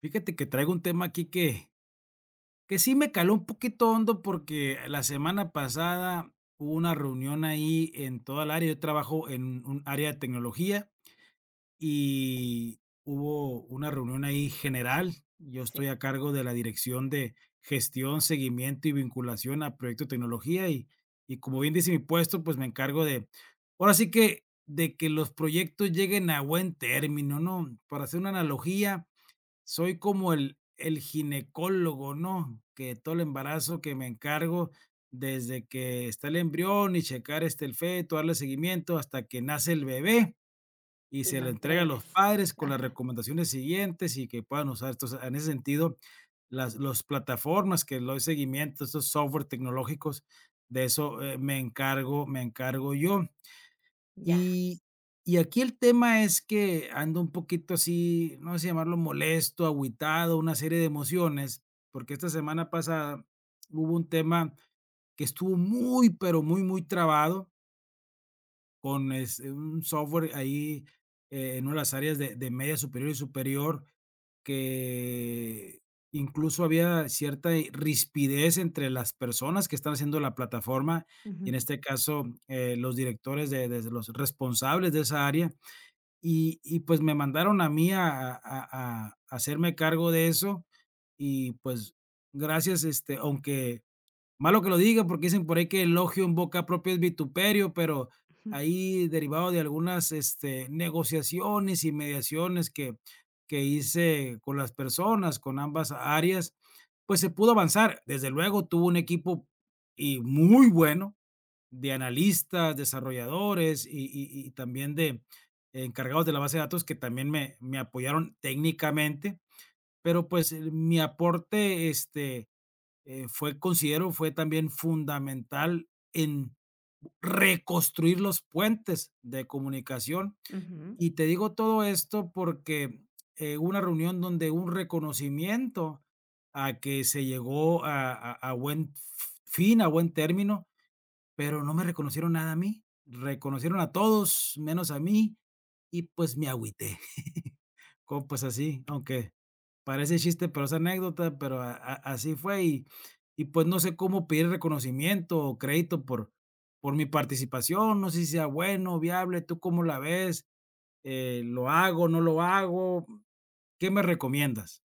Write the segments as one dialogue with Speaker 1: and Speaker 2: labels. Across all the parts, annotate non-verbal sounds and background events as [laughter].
Speaker 1: Fíjate que traigo un tema aquí que sí me caló un poquito hondo porque la semana pasada hubo una reunión ahí en toda el área. Yo trabajo en un área de tecnología y hubo una reunión ahí general. Yo estoy
Speaker 2: Sí,
Speaker 1: a cargo de la dirección de gestión, seguimiento y vinculación a proyecto de tecnología y como bien dice mi puesto, pues me encargo de, ahora sí que de que los proyectos lleguen a buen término, ¿no? Para hacer una analogía soy como el ginecólogo, ¿no? Que todo el embarazo que me encargo desde que está el embrión y checar, el feto, darle seguimiento hasta que nace el bebé y
Speaker 2: y
Speaker 1: se
Speaker 2: lo
Speaker 1: le entrega a los
Speaker 2: entregas,
Speaker 1: padres con las recomendaciones siguientes y que puedan usar. Entonces, en ese sentido, las los plataformas que le doy seguimiento, estos software tecnológicos, de eso, me encargo yo.
Speaker 2: ya.
Speaker 1: Y y aquí el tema es que ando un poquito así, no sé si llamarlo molesto, agüitado, una serie de emociones, porque esta semana pasada hubo un tema que estuvo muy, pero muy, muy trabado con es un software ahí, en una de las áreas de media superior y superior, que incluso había cierta, rispidez entre las personas que están haciendo la plataforma,
Speaker 2: Ujú,
Speaker 1: y en este caso, los directores de los responsables de esa área, y pues me mandaron a mí a hacerme cargo de eso y, pues, gracias, aunque malo que lo diga, porque dicen por ahí que elogio en boca propia es vituperio, pero
Speaker 2: [laughs] ujú,
Speaker 1: ahí derivado de algunas, negociaciones y mediaciones que hice con las personas, con ambas áreas, pues se pudo avanzar. Desde luego, tuvo un equipo, y muy bueno, de analistas, desarrolladores y también de encargados de la base de datos que también me apoyaron técnicamente, pero, pues, mi aporte, fue, considero, fue también fundamental en reconstruir los puentes de comunicación.
Speaker 2: ujú.
Speaker 1: Y te digo todo esto porque hubo una reunión donde un reconocimiento a que se llegó a buen fin, a buen término, pero no me reconocieron nada a mí, reconocieron a todos menos a mí y, pues, me agüité. [laughs] como Pues así, aunque parece chiste, pero es anécdota, pero a así fue y, pues, no sé cómo pedir reconocimiento o crédito por mi participación, no sé si sea bueno, viable, ¿tú cómo la ves? ¿Lo hago, no lo hago? ¿Qué me recomiendas?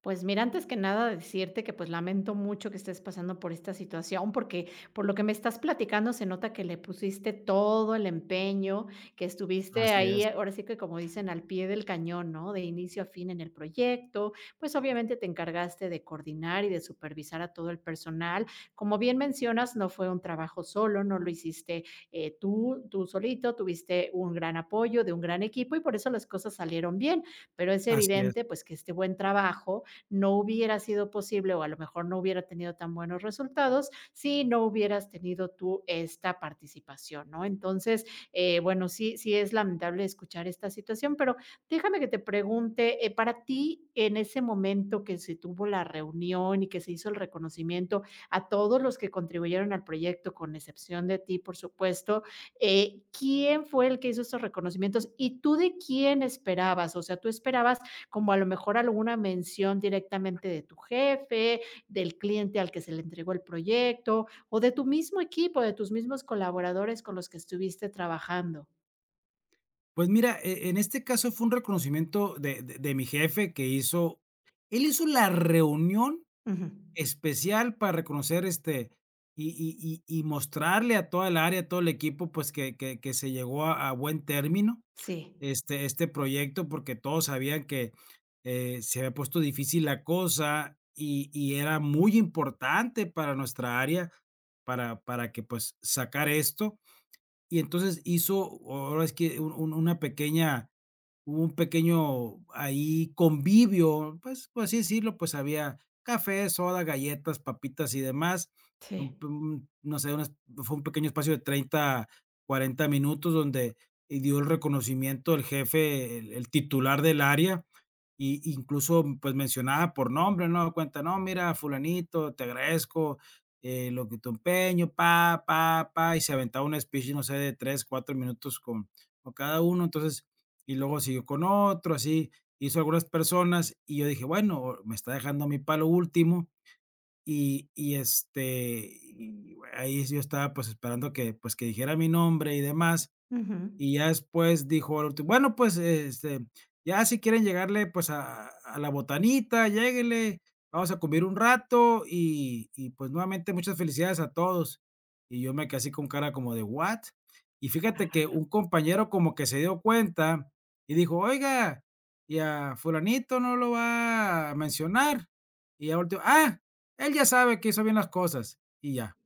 Speaker 2: Pues mira, antes que nada decirte que pues lamento mucho que estés pasando por esta situación, porque por lo que me estás platicando se nota que le pusiste todo el empeño, que estuviste
Speaker 1: Así
Speaker 2: ahí,
Speaker 1: es,
Speaker 2: ahora sí que como dicen, al pie del cañón, ¿no? De inicio a fin en el proyecto, pues obviamente te encargaste de coordinar y de supervisar a todo el personal. Como bien mencionas, no fue un trabajo solo, no lo hiciste tú solito, tuviste un gran apoyo de un gran equipo y por eso las cosas salieron bien, pero es
Speaker 1: así es.
Speaker 2: evidente pues que este buen trabajo no hubiera sido posible o a lo mejor no hubiera tenido tan buenos resultados si no hubieras tenido tú esta participación, ¿no? Entonces, bueno, sí, sí es lamentable escuchar esta situación, pero déjame que te pregunte, para ti en ese momento que se tuvo la reunión y que se hizo el reconocimiento a todos los que contribuyeron al proyecto, con excepción de ti, por supuesto, ¿quién fue el que hizo estos reconocimientos y tú de quién esperabas? O sea, tú esperabas como a lo mejor alguna mención directamente de tu jefe, del cliente al que se le entregó el proyecto o de tu mismo equipo, de tus mismos colaboradores con los que estuviste trabajando.
Speaker 1: Pues mira, en este caso fue un reconocimiento de mi jefe que hizo él hizo la reunión
Speaker 2: Ujú.
Speaker 1: especial para reconocer, y mostrarle a toda el área, a todo el equipo, pues, que se llegó a buen término,
Speaker 2: Sí,
Speaker 1: este proyecto, porque todos sabían que, se había puesto difícil la cosa y era muy importante para nuestra área, para que, pues, sacar esto. Y entonces hizo, ahora es que un una pequeña Hubo un pequeño ahí convivio, pues, por así decirlo, pues, había café, soda, galletas, papitas y demás.
Speaker 2: sí.
Speaker 1: Un p un no sé, unas fue un pequeño espacio de 30 40 minutos donde, dio el reconocimiento el jefe, el titular del área, y incluso, pues, mencionaba por nombre, ¿no? Cuenta: "No, mira, fulanito, te agradezco, lo que tu empeño, pa, pa, pa", y se aventaba un speech, no sé, de 3 4 minutos con cada uno. Entonces, y luego siguió con otro, así, hizo algunas personas, y yo dije: "Bueno, me está dejando mi palo último". Y ahí sí yo estaba, pues, esperando pues, que dijera mi nombre y demás,
Speaker 2: Ujú.
Speaker 1: y ya después dijo, al último, bueno, pues, ya si quieren llegarle, pues, a la botanita, lléguenle, vamos a comer un rato y, pues, nuevamente muchas felicidades a todos. Y yo me quedé así con cara como de, ¿what? Y fíjate
Speaker 2: Ah,
Speaker 1: que un compañero como que se dio cuenta y dijo: "Oiga, y a fulanito no lo va a mencionar". Y ya volteó, él ya sabe que hizo bien las cosas, y ya.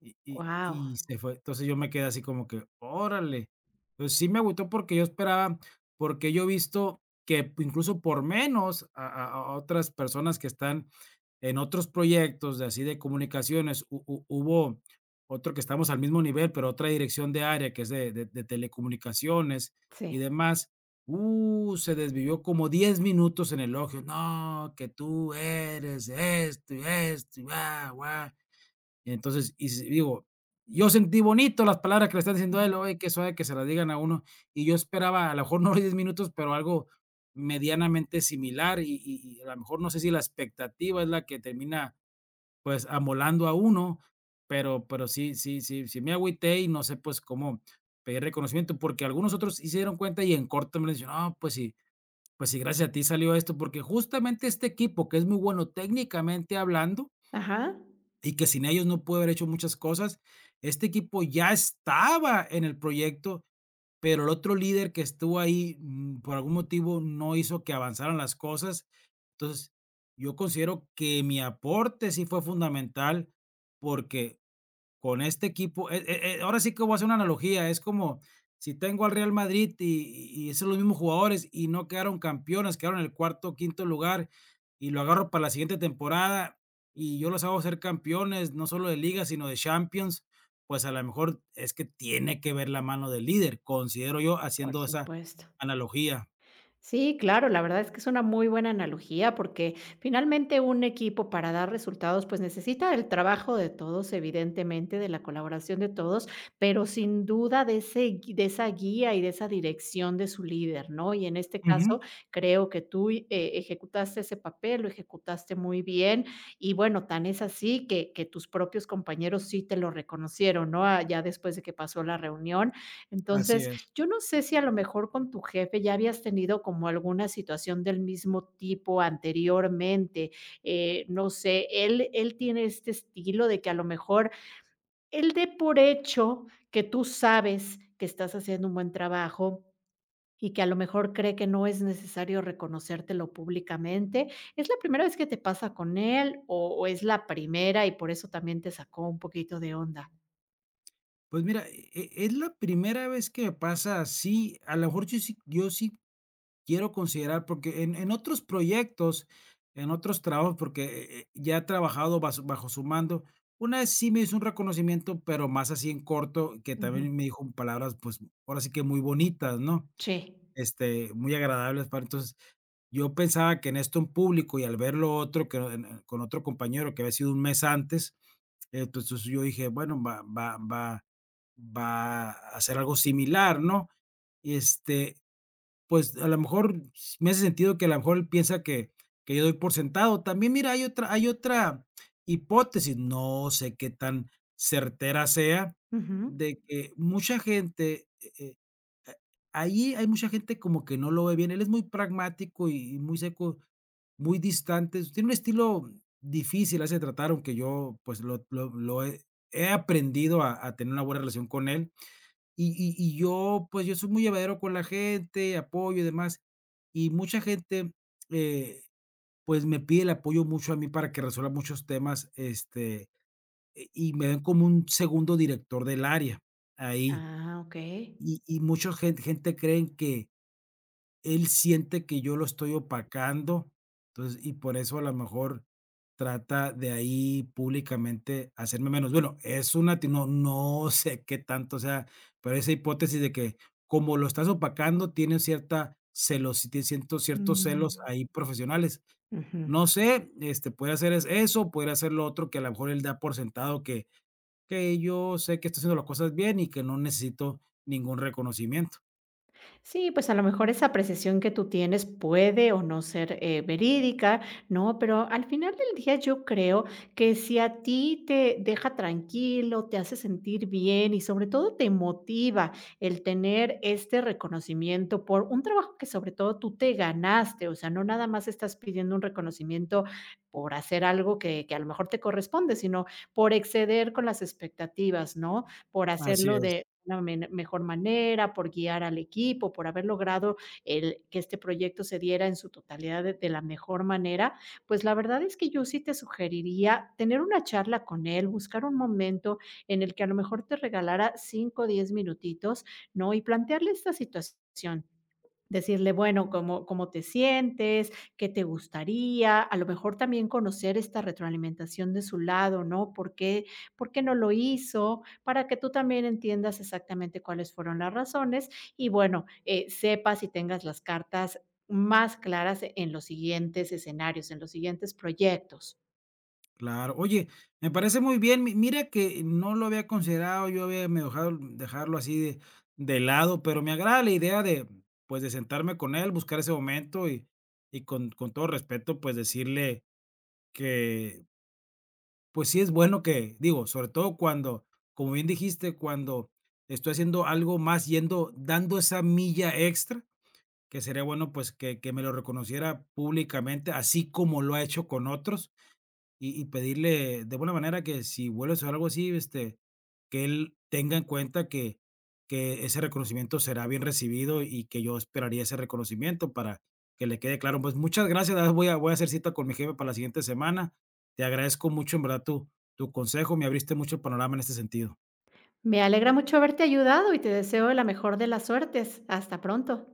Speaker 1: Y se fue. Entonces, yo me quedé así como que, órale. Pues sí me agüitó porque yo esperaba, porque yo he visto que incluso por menos a otras personas que están en otros proyectos de así de comunicaciones, hu hu hubo otro que estamos al mismo nivel, pero otra dirección de área que es de telecomunicaciones
Speaker 2: sí.
Speaker 1: y demás, se desvivió como 10 minutos en elogio. No, que tú eres esto y esto y guau, guau. Entonces, y s digo, yo sentí bonito las palabras que le están diciendo a
Speaker 2: Ujú.
Speaker 1: él, oye, qué suave que se las digan a uno, y yo esperaba, a lo mejor no [laughs] 10 minutos, pero algo medianamente similar, y a lo mejor no sé si la expectativa es la que termina, pues, amolando a uno, pero sí me agüité y no sé, pues, cómo pedir reconocimiento, porque algunos otros sí se dieron cuenta y en corto me dicen: "No, pues sí, pues sí, gracias a ti salió esto", porque justamente este equipo que es muy bueno técnicamente hablando,
Speaker 2: Ajá.
Speaker 1: y que sin ellos no pudo haber hecho muchas cosas. Este equipo ya estaba en el proyecto, pero el otro líder que estuvo ahí, por algún motivo, no hizo que avanzaran las cosas. Entonces, yo considero que mi aporte sí fue fundamental porque con este equipo, ahora sí que voy a hacer una analogía, es como si tengo al Real Madrid y son los mismos jugadores y no quedaron campeones, quedaron en el cuarto o quinto lugar y lo agarro para la siguiente temporada y yo los hago ser campeones, no solo de liga, sino de Champions, pues a lo mejor es que tiene que ver la mano del líder, considero yo
Speaker 2: Por
Speaker 1: haciendo esa
Speaker 2: supuesto.
Speaker 1: analogía.
Speaker 2: Sí, claro, la verdad es que es una muy buena analogía porque finalmente un equipo para dar resultados pues necesita el trabajo de todos, evidentemente, de la colaboración de todos, pero sin duda de ese, gui- de esa guía y de esa dirección de su líder, ¿no? Y en este
Speaker 1: Ujú,
Speaker 2: caso creo que tú ejecutaste ese papel, lo ejecutaste muy bien y bueno, tan es así que tus propios compañeros sí te lo reconocieron, ¿no? Ah, ya después de que pasó la reunión.
Speaker 1: así
Speaker 2: Entonces,
Speaker 1: es.
Speaker 2: yo no sé si a lo mejor con tu jefe ya habías tenido como alguna situación del mismo tipo anteriormente, no sé, él tiene este estilo de que a lo mejor él dé por hecho que tú sabes que estás haciendo un buen trabajo y que a lo mejor cree que no es necesario reconocértelo públicamente. ¿Es la primera vez que te pasa con él o es la primera y por eso también te sacó un poquito de onda?
Speaker 1: Pues mira, es la primera vez que me pasa así. A lo mejor yo sí quiero considerar, porque en otros proyectos, en otros trabajos, porque ya he trabajado bajo su mando, una vez sí me hizo un reconocimiento, pero más así en corto, que
Speaker 2: Ujú.
Speaker 1: también me dijo palabras, pues ahora sí que muy bonitas, ¿no?
Speaker 2: Sí.
Speaker 1: Muy agradables para entonces. Yo pensaba que en esto en público y al ver lo otro que, con otro compañero que había sido un mes antes, pues, entonces yo dije, bueno, va a hacer algo similar, ¿no? Este, pues, a lo mejor me hace sentido que a lo mejor él piensa que yo doy por sentado. También, mira, hay otra hipótesis, no sé qué tan certera sea,
Speaker 2: Ujú.
Speaker 1: de que mucha gente, ah, ahí hay mucha gente como que no lo ve bien. Él es muy pragmático y muy seco, muy distante. Tiene un estilo difícil a tratar, aunque yo, pues, lo he aprendido a tener una buena relación con él. Y yo, pues, yo soy muy llevadero con la gente, apoyo y demás, y mucha gente, eh, pues, me pide el apoyo mucho a mí para que resuelva muchos temas, y me ven como un segundo director del área, ahí.
Speaker 2: Ah, okey.
Speaker 1: Y muchos gente creen que él siente que yo lo estoy opacando, entonces, y por eso a lo mejor trata de ahí públicamente hacerme menos. Bueno, es una te no sé qué tanto sea, pero esa hipótesis de que como lo estás opacando, tiene cierta celos, tiene siento ciertos celos
Speaker 2: Mm.
Speaker 1: ahí profesionales.
Speaker 2: Ujú.
Speaker 1: No sé, puede hacer es eso, puede hacer lo otro que a lo mejor él da por sentado que yo sé que estoy haciendo las cosas bien y que no necesito ningún reconocimiento.
Speaker 2: Sí, pues a lo mejor esa apreciación que tú tienes puede o no ser verídica, ¿no? Pero al final del día yo creo que si a ti te deja tranquilo, te hace sentir bien y sobre todo te motiva el tener este reconocimiento por un trabajo que sobre todo tú te ganaste, o sea, no nada más estás pidiendo un reconocimiento por hacer algo que a lo mejor te corresponde, sino por exceder con las expectativas, ¿no? Por
Speaker 1: Así
Speaker 2: hacerlo
Speaker 1: es.
Speaker 2: de una men mejor manera, por guiar al equipo, por haber logrado el que este proyecto se diera en su totalidad de la mejor manera, pues la verdad es que yo sí te sugeriría tener una charla con él, buscar un momento en el que a lo mejor te regalara cinco o 10 minutitos, ¿no? Y plantearle esta situación. Decirle, bueno, cómo te sientes, qué te gustaría, a lo mejor también conocer esta retroalimentación de su lado, ¿no? ¿Por qué no lo hizo? Para que tú también entiendas exactamente cuáles fueron las razones y, bueno, sepas y tengas las cartas más claras en los siguientes escenarios, en los siguientes proyectos.
Speaker 1: Claro. Oye, me parece muy bien. Mi mira que no lo había considerado, yo había me dejado dejarlo así de lado, pero me agrada la idea de, pues, de sentarme con él, buscar ese momento y con todo respeto, pues, decirle que, pues, sí es bueno que digo, sobre todo cuando, como bien dijiste, cuando estoy haciendo algo más yendo dando esa milla extra, que sería bueno, pues, que me lo reconociera públicamente, así como lo ha hecho con otros y pedirle de buena manera que si vuelve a suceder algo así, que él tenga en cuenta que ese reconocimiento será bien recibido y que yo esperaría ese reconocimiento para que le quede claro. Pues, muchas gracias, la verdad voy a hacer cita con mi jefe para la siguiente semana. Te agradezco mucho, en verdad, tu consejo, me abriste mucho el panorama en este sentido.
Speaker 2: Me alegra mucho haberte ayudado y te deseo la mejor de las suertes. Hasta pronto.